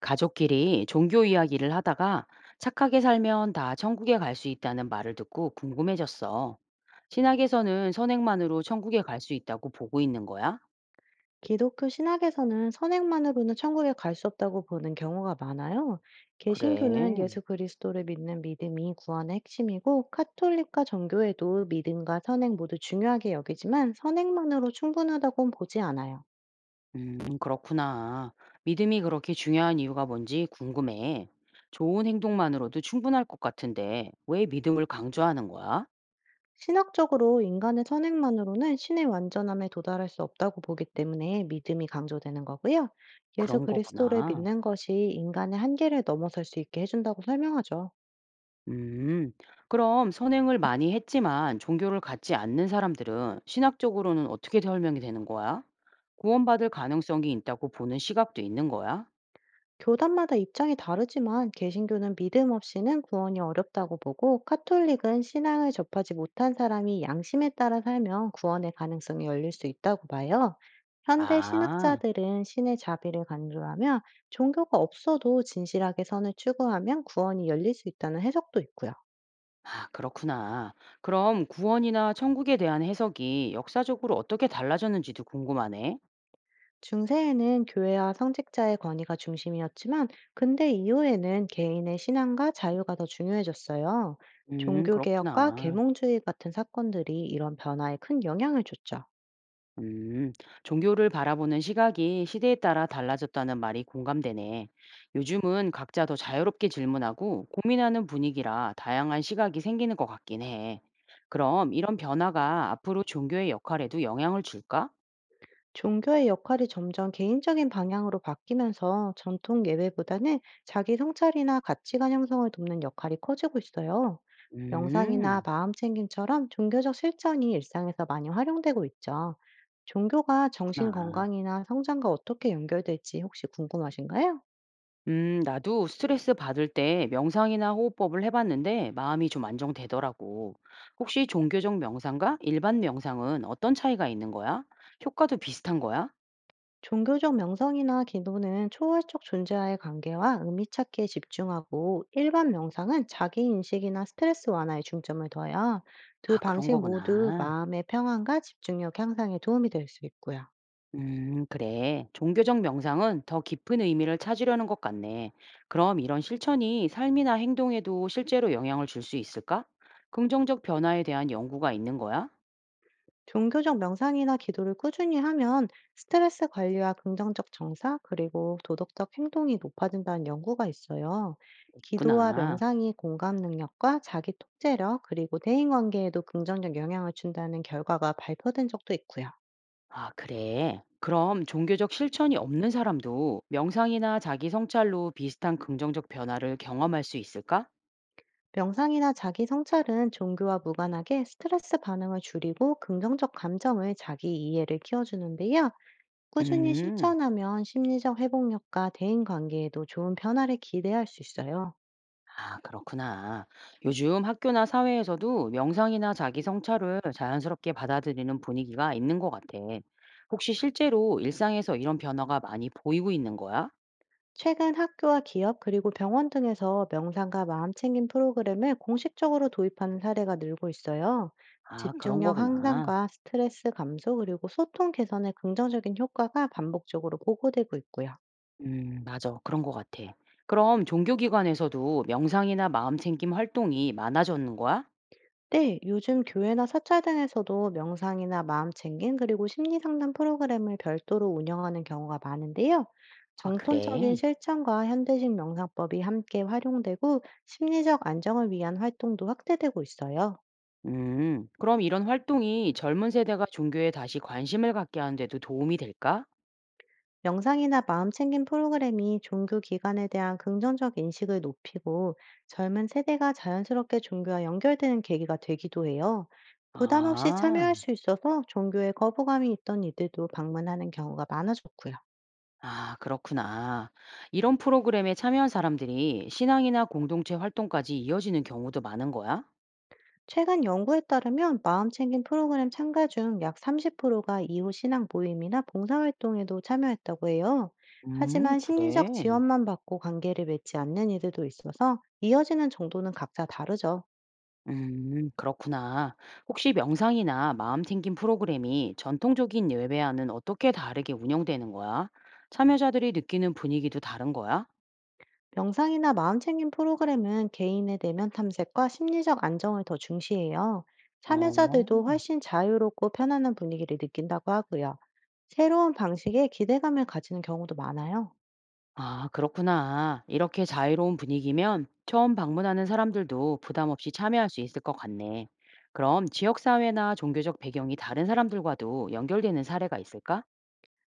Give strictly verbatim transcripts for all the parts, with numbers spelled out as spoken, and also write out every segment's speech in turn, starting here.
가족끼리 종교 이야기를 하다가 착하게 살면 다 천국에 갈 수 있다는 말을 듣고 궁금해졌어. 신학에서는 선행만으로 천국에 갈 수 있다고 보고 있는 거야? 기독교 신학에서는 선행만으로는 천국에 갈 수 없다고 보는 경우가 많아요. 그래. 개신교는 예수 그리스도를 믿는 믿음이 구원의 핵심이고, 카톨릭과 정교회도 믿음과 선행 모두 중요하게 여기지만 선행만으로 충분하다고는 보지 않아요. 음, 그렇구나. 믿음이 그렇게 중요한 이유가 뭔지 궁금해. 좋은 행동만으로도 충분할 것 같은데 왜 믿음을 강조하는 거야? 신학적으로 인간의 선행만으로는 신의 완전함에 도달할 수 없다고 보기 때문에 믿음이 강조되는 거고요. 예수 그런 그리스도를 거구나. 믿는 것이 인간의 한계를 넘어설 수 있게 해준다고 설명하죠. 음, 그럼 선행을 많이 했지만 종교를 갖지 않는 사람들은 신학적으로는 어떻게 설명이 되는 거야? 구원받을 가능성이 있다고 보는 시각도 있는 거야? 교단마다 입장이 다르지만 개신교는 믿음 없이는 구원이 어렵다고 보고, 카톨릭은 신앙을 접하지 못한 사람이 양심에 따라 살면 구원의 가능성이 열릴 수 있다고 봐요. 현대 아, 신학자들은 신의 자비를 강조하며, 종교가 없어도 진실하게 선을 추구하면 구원이 열릴 수 있다는 해석도 있고요. 아, 그렇구나. 그럼 구원이나 천국에 대한 해석이 역사적으로 어떻게 달라졌는지도 궁금하네. 중세에는 교회와 성직자의 권위가 중심이었지만, 근대 이후에는 개인의 신앙과 자유가 더 중요해졌어요. 음, 종교개혁과 그렇구나. 계몽주의 같은 사건들이 이런 변화에 큰 영향을 줬죠. 음, 종교를 바라보는 시각이 시대에 따라 달라졌다는 말이 공감되네. 요즘은 각자 더 자유롭게 질문하고 고민하는 분위기라 다양한 시각이 생기는 것 같긴 해. 그럼 이런 변화가 앞으로 종교의 역할에도 영향을 줄까? 종교의 역할이 점점 개인적인 방향으로 바뀌면서, 전통 예배보다는 자기 성찰이나 가치관 형성을 돕는 역할이 커지고 있어요. 명상이나 음, 마음 챙김처럼 종교적 실천이 일상에서 많이 활용되고 있죠. 종교가 정신 그렇구나. 건강이나 성장과 어떻게 연결될지 혹시 궁금하신가요? 음, 나도 스트레스 받을 때 명상이나 호흡법을 해봤는데 마음이 좀 안정되더라고. 혹시 종교적 명상과 일반 명상은 어떤 차이가 있는 거야? 효과도 비슷한 거야? 종교적 명상이나 기도는 초월적 존재와의 관계와 의미 찾기에 집중하고, 일반 명상은 자기 인식이나 스트레스 완화에 중점을 둬요. 두 아, 그런 방식 모두 거구나. 마음의 평안과 집중력 향상에 도움이 될 수 있고요. 음, 그래. 종교적 명상은 더 깊은 의미를 찾으려는 것 같네. 그럼 이런 실천이 삶이나 행동에도 실제로 영향을 줄 수 있을까? 긍정적 변화에 대한 연구가 있는 거야? 종교적 명상이나 기도를 꾸준히 하면 스트레스 관리와 긍정적 정사, 그리고 도덕적 행동이 높아진다는 연구가 있어요. 기도와 구나. 명상이 공감 능력과 자기 통제력, 그리고 대인 관계에도 긍정적 영향을 준다는 결과가 발표된 적도 있고요. 아, 그래. 그럼 종교적 실천이 없는 사람도 명상이나 자기 성찰로 비슷한 긍정적 변화를 경험할 수 있을까? 명상이나 자기 성찰은 종교와 무관하게 스트레스 반응을 줄이고 긍정적 감정을 자기 이해를 키워주는데요. 꾸준히 음. 실천하면 심리적 회복력과 대인 관계에도 좋은 변화를 기대할 수 있어요. 아, 그렇구나. 요즘 학교나 사회에서도 명상이나 자기 성찰을 자연스럽게 받아들이는 분위기가 있는 것 같아. 혹시 실제로 일상에서 이런 변화가 많이 보이고 있는 거야? 최근 학교와 기업, 그리고 병원 등에서 명상과 마음챙김 프로그램을 공식적으로 도입하는 사례가 늘고 있어요. 아, 그런 집중력 거구나. 향상과 스트레스 감소, 그리고 소통 개선에 긍정적인 효과가 반복적으로 보고되고 있고요. 음, 맞아. 그런 것 같아. 그럼 종교기관에서도 명상이나 마음챙김 활동이 많아졌는 거야? 네, 요즘 교회나 사찰 등에서도 명상이나 마음챙김, 그리고 심리상담 프로그램을 별도로 운영하는 경우가 많은데요. 아, 그래. 정통적인 실천과 현대식 명상법이 함께 활용되고, 심리적 안정을 위한 활동도 확대되고 있어요. 음, 그럼 이런 활동이 젊은 세대가 종교에 다시 관심을 갖게 하는 데도 도움이 될까? 명상이나 마음챙김 프로그램이 종교 기관에 대한 긍정적 인식을 높이고, 젊은 세대가 자연스럽게 종교와 연결되는 계기가 되기도 해요. 부담 없이 아. 참여할 수 있어서 종교에 거부감이 있던 이들도 방문하는 경우가 많아졌고요. 아, 그렇구나. 이런 프로그램에 참여한 사람들이 신앙이나 공동체 활동까지 이어지는 경우도 많은 거야? 최근 연구에 따르면 마음챙김 프로그램 참가 중 약 삼십 퍼센트가 이후 신앙 모임이나 봉사활동에도 참여했다고 해요. 음, 하지만 심리적 그래. 지원만 받고 관계를 맺지 않는 이들도 있어서, 이어지는 정도는 각자 다르죠. 음, 그렇구나. 혹시 명상이나 마음 챙김 프로그램이 전통적인 예배와는 어떻게 다르게 운영되는 거야? 참여자들이 느끼는 분위기도 다른 거야? 명상이나 마음챙김 프로그램은 개인의 내면 탐색과 심리적 안정을 더 중시해요. 어. 참여자들도 훨씬 자유롭고 편안한 분위기를 느낀다고 하고요. 새로운 방식에 기대감을 가지는 경우도 많아요. 아, 그렇구나. 이렇게 자유로운 분위기면 처음 방문하는 사람들도 부담 없이 참여할 수 있을 것 같네. 그럼 지역사회나 종교적 배경이 다른 사람들과도 연결되는 사례가 있을까?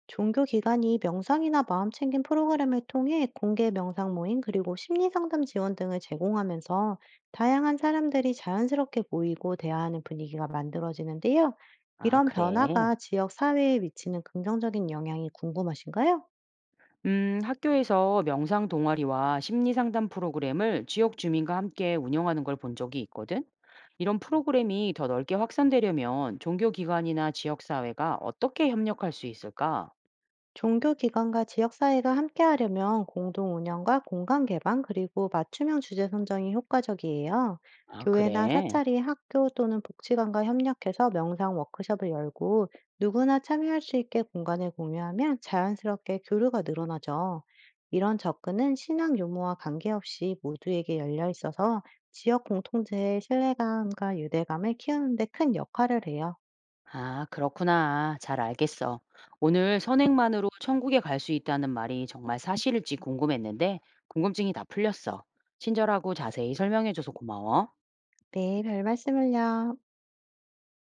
종교 기관이 명상이나 마음챙김 프로그램을 통해 공개 명상 모임, 그리고 심리 상담 지원 등을 제공하면서, 다양한 사람들이 자연스럽게 모이고 대화하는 분위기가 만들어지는데요. 아, 이런 그래. 변화가 지역 사회에 미치는 긍정적인 영향이 궁금하신가요? 음, 학교에서 명상 동아리와 심리 상담 프로그램을 지역 주민과 함께 운영하는 걸 본 적이 있거든. 이런 프로그램이 더 넓게 확산되려면 종교기관이나 지역사회가 어떻게 협력할 수 있을까? 종교기관과 지역사회가 함께하려면 공동운영과 공간개방, 그리고 맞춤형 주제 선정이 효과적이에요. 아, 교회나 그래. 사찰이 학교 또는 복지관과 협력해서 명상 워크숍을 열고, 누구나 참여할 수 있게 공간을 공유하면 자연스럽게 교류가 늘어나죠. 이런 접근은 신앙 유무와 관계없이 모두에게 열려 있어서, 지역 공통체의 신뢰감과 유대감을 키우는 데 큰 역할을 해요. 아, 그렇구나. 잘 알겠어. 오늘 선행만으로 천국에 갈 수 있다는 말이 정말 사실일지 궁금했는데, 궁금증이 다 풀렸어. 친절하고 자세히 설명해줘서 고마워. 네, 별 말씀을요.